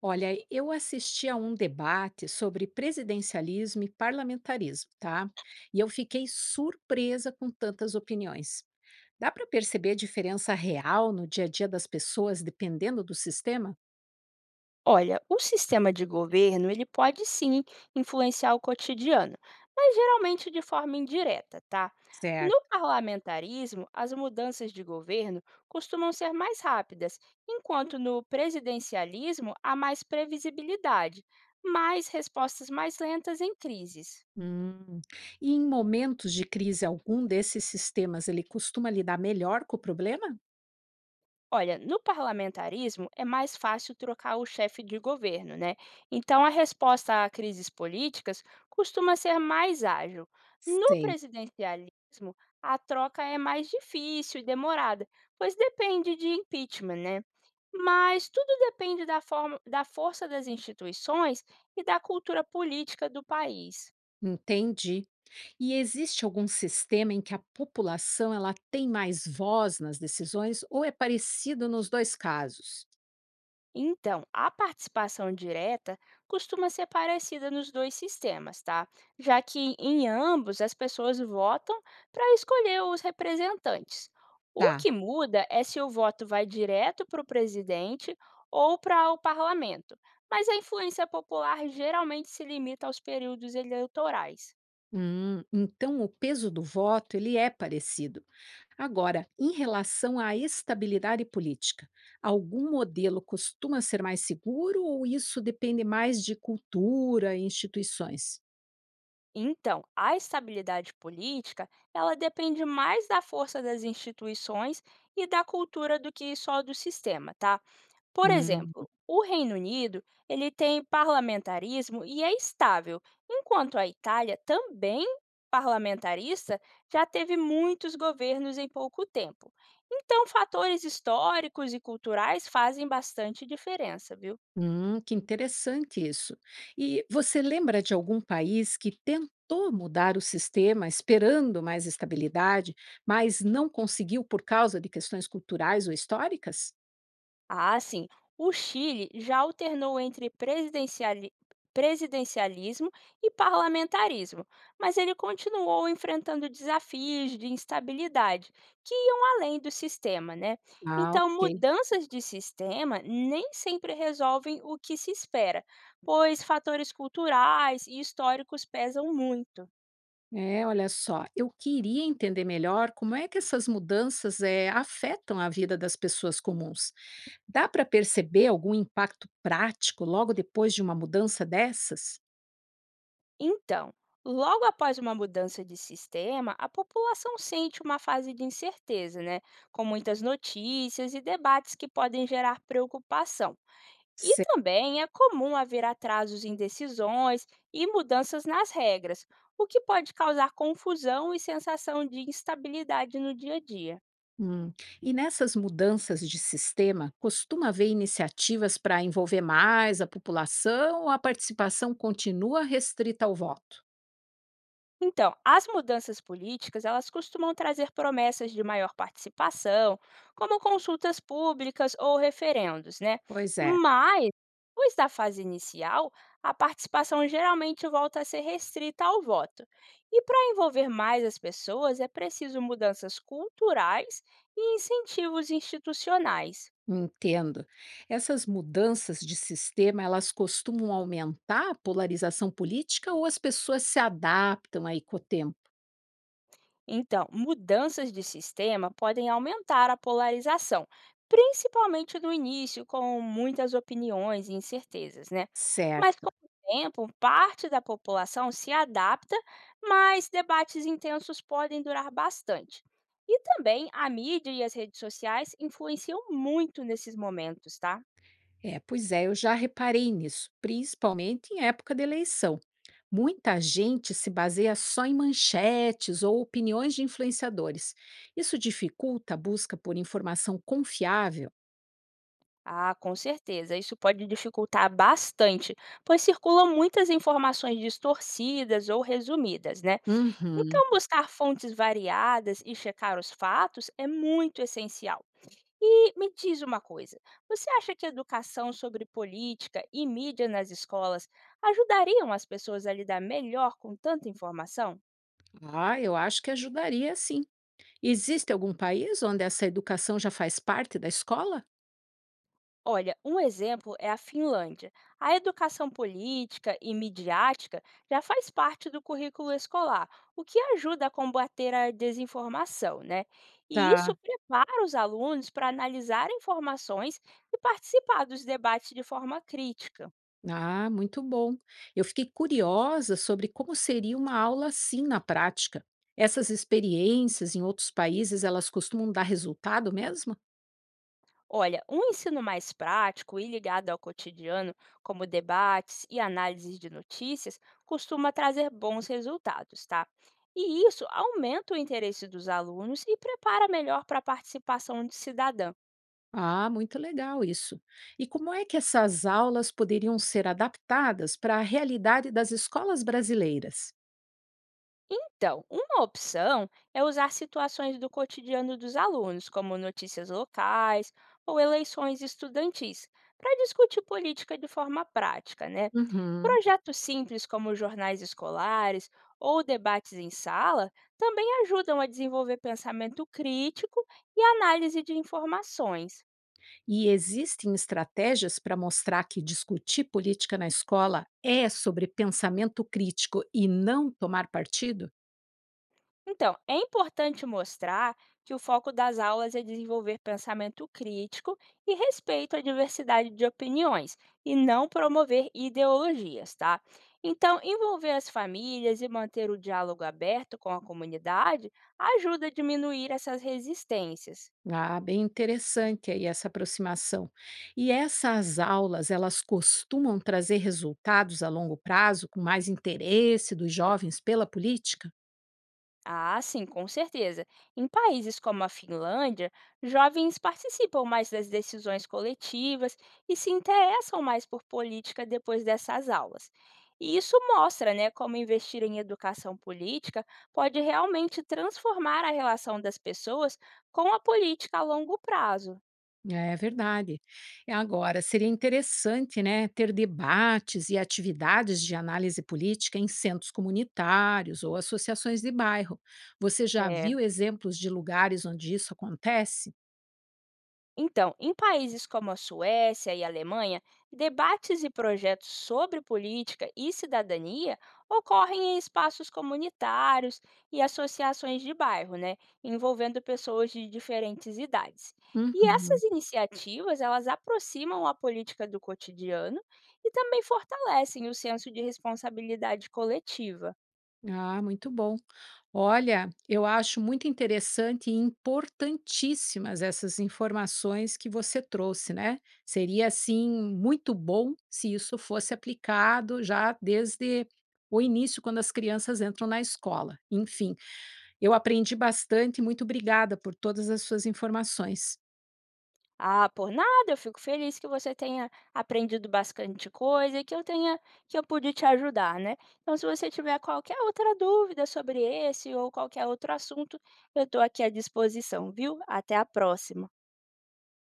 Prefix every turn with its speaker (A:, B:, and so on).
A: Olha, eu assisti a um debate sobre presidencialismo e parlamentarismo, tá? E eu fiquei surpresa com tantas opiniões. Dá para perceber a diferença real no dia a dia das pessoas dependendo do sistema?
B: Olha, o sistema de governo, ele pode sim influenciar o cotidiano, mas geralmente de forma indireta, tá? No
A: Certo.
B: parlamentarismo, as mudanças de governo costumam ser mais rápidas, enquanto no presidencialismo há mais previsibilidade, mas respostas mais lentas em crises.
A: Hum. E em momentos de crise, algum desses sistemas ele costuma lidar melhor com o problema?
B: Olha, no parlamentarismo é mais fácil trocar o chefe de governo, né? Então a resposta a crises políticas costuma ser mais ágil. No
A: Sei.
B: presidencialismo, a troca é mais difícil e demorada, pois depende de impeachment, né? Mas tudo depende da forma, da força das instituições e da cultura política do país.
A: Entendi. E existe algum sistema em que a população ela tem mais voz nas decisões ou é parecido nos dois casos?
B: Então, a participação direta costuma ser parecida nos dois sistemas, tá? Já que em ambos as pessoas votam para escolher os representantes. O
A: Tá.
B: que muda é se o voto vai direto para o presidente ou para o parlamento, mas a influência popular geralmente se limita aos períodos eleitorais.
A: Então o peso do voto ele é parecido. Agora, em relação à estabilidade política, algum modelo costuma ser mais seguro ou isso depende mais de cultura e instituições?
B: Então, a estabilidade política, ela depende mais da força das instituições e da cultura do que só do sistema, tá? Por exemplo, o Reino Unido, ele tem parlamentarismo e é estável, enquanto a Itália, também parlamentarista, já teve muitos governos em pouco tempo. Então, fatores históricos e culturais fazem bastante diferença, viu?
A: Que interessante isso. E você lembra de algum país que tentou mudar o sistema esperando mais estabilidade, mas não conseguiu por causa de questões culturais ou históricas?
B: Ah, sim. O Chile já alternou entre presidencialismo e parlamentarismo, mas ele continuou enfrentando desafios de instabilidade que iam além do sistema, né?
A: Ah,
B: Então,
A: ok.
B: mudanças de sistema nem sempre resolvem o que se espera, pois fatores culturais e históricos pesam muito.
A: É, olha só, eu queria entender melhor como é que essas mudanças afetam a vida das pessoas comuns. Dá para perceber algum impacto prático logo depois de uma mudança dessas?
B: Então, logo após uma mudança de sistema, a população sente uma fase de incerteza, né? Com muitas notícias e debates que podem gerar preocupação. E também é comum haver atrasos em decisões e mudanças nas regras, o que pode causar confusão e sensação de instabilidade no dia a dia.
A: Hum. E nessas mudanças de sistema, costuma haver iniciativas para envolver mais a população ou a participação continua restrita ao voto?
B: Então, as mudanças políticas, elas costumam trazer promessas de maior participação, como consultas públicas ou referendos, né?
A: Pois é,
B: Mas, depois da fase inicial, a participação geralmente volta a ser restrita ao voto. E para envolver mais as pessoas, é preciso mudanças culturais e incentivos institucionais.
A: entendo. Essas mudanças de sistema, elas costumam aumentar a polarização política ou as pessoas se adaptam aí com o tempo?
B: Então, mudanças de sistema podem aumentar a polarização, principalmente no início, com muitas opiniões e incertezas, né? Mas
A: Certo.
B: com o tempo, parte da população se adapta, mas debates intensos podem durar bastante. E também a mídia e as redes sociais influenciam muito nesses momentos, tá?
A: É, pois é, eu já reparei nisso, principalmente em época de eleição. Muita gente se baseia só em manchetes ou opiniões de influenciadores. Isso dificulta a busca por informação confiável?
B: Ah, com certeza. Isso pode dificultar bastante, pois circulam muitas informações distorcidas ou resumidas, né?
A: Uhum.
B: Então, buscar fontes variadas e checar os fatos é muito essencial. E me diz uma coisa: você acha que a educação sobre política e mídia nas escolas ajudariam as pessoas a lidar melhor com tanta informação?
A: Ah, eu acho que ajudaria sim. Existe algum país onde essa educação já faz parte da escola?
B: Olha, um exemplo é a Finlândia. A educação política e midiática já faz parte do currículo escolar, o que ajuda a combater a desinformação, né? E isso
A: Tá.
B: prepara os alunos para analisar informações e participar dos debates de forma crítica.
A: Ah, muito bom. Eu fiquei curiosa sobre como seria uma aula assim na prática. Essas experiências em outros países, elas costumam dar resultado mesmo?
B: Olha, um ensino mais prático e ligado ao cotidiano, como debates e análises de notícias, costuma trazer bons resultados, tá? E isso aumenta o interesse dos alunos e prepara melhor para a participação de cidadã.
A: Ah, muito legal isso. E como é que essas aulas poderiam ser adaptadas para a realidade das escolas brasileiras?
B: Então, uma opção é usar situações do cotidiano dos alunos, como notícias locais ou eleições estudantis, para discutir política de forma prática, né?
A: Uhum.
B: Projetos simples como jornais escolares ou debates em sala também ajudam a desenvolver pensamento crítico e análise de informações.
A: E existem estratégias para mostrar que discutir política na escola é sobre pensamento crítico e não tomar partido?
B: Então, é importante mostrar que o foco das aulas é desenvolver pensamento crítico e respeito à diversidade de opiniões, e não promover ideologias, tá? Então, envolver as famílias e manter o diálogo aberto com a comunidade ajuda a diminuir essas resistências.
A: Ah, bem interessante aí essa aproximação. E essas aulas, elas costumam trazer resultados a longo prazo, com mais interesse dos jovens pela política?
B: Ah, sim, com certeza. Em países como a Finlândia, jovens participam mais das decisões coletivas e se interessam mais por política depois dessas aulas. E isso mostra, né, como investir em educação política pode realmente transformar a relação das pessoas com a política a longo prazo.
A: É verdade. Agora, seria interessante, né, ter debates e atividades de análise política em centros comunitários ou associações de bairro. Você já
B: É,
A: viu exemplos de lugares onde isso acontece?
B: então, em países como a Suécia e a Alemanha, debates e projetos sobre política e cidadania ocorrem em espaços comunitários e associações de bairro, né, envolvendo pessoas de diferentes idades. E
A: Uhum.
B: essas iniciativas, elas aproximam a política do cotidiano e também fortalecem o senso de responsabilidade coletiva.
A: Ah, muito bom. Olha, eu acho muito interessante e importantíssimas essas informações que você trouxe, né? Seria assim muito bom se isso fosse aplicado já desde o início, quando as crianças entram na escola. Enfim, eu aprendi bastante. Muito obrigada por todas as suas informações.
B: Ah, por nada, eu fico feliz que você tenha aprendido bastante coisa e que eu pude te ajudar, né? Então, se você tiver qualquer outra dúvida sobre esse ou qualquer outro assunto, eu estou aqui à disposição, viu? Até a próxima.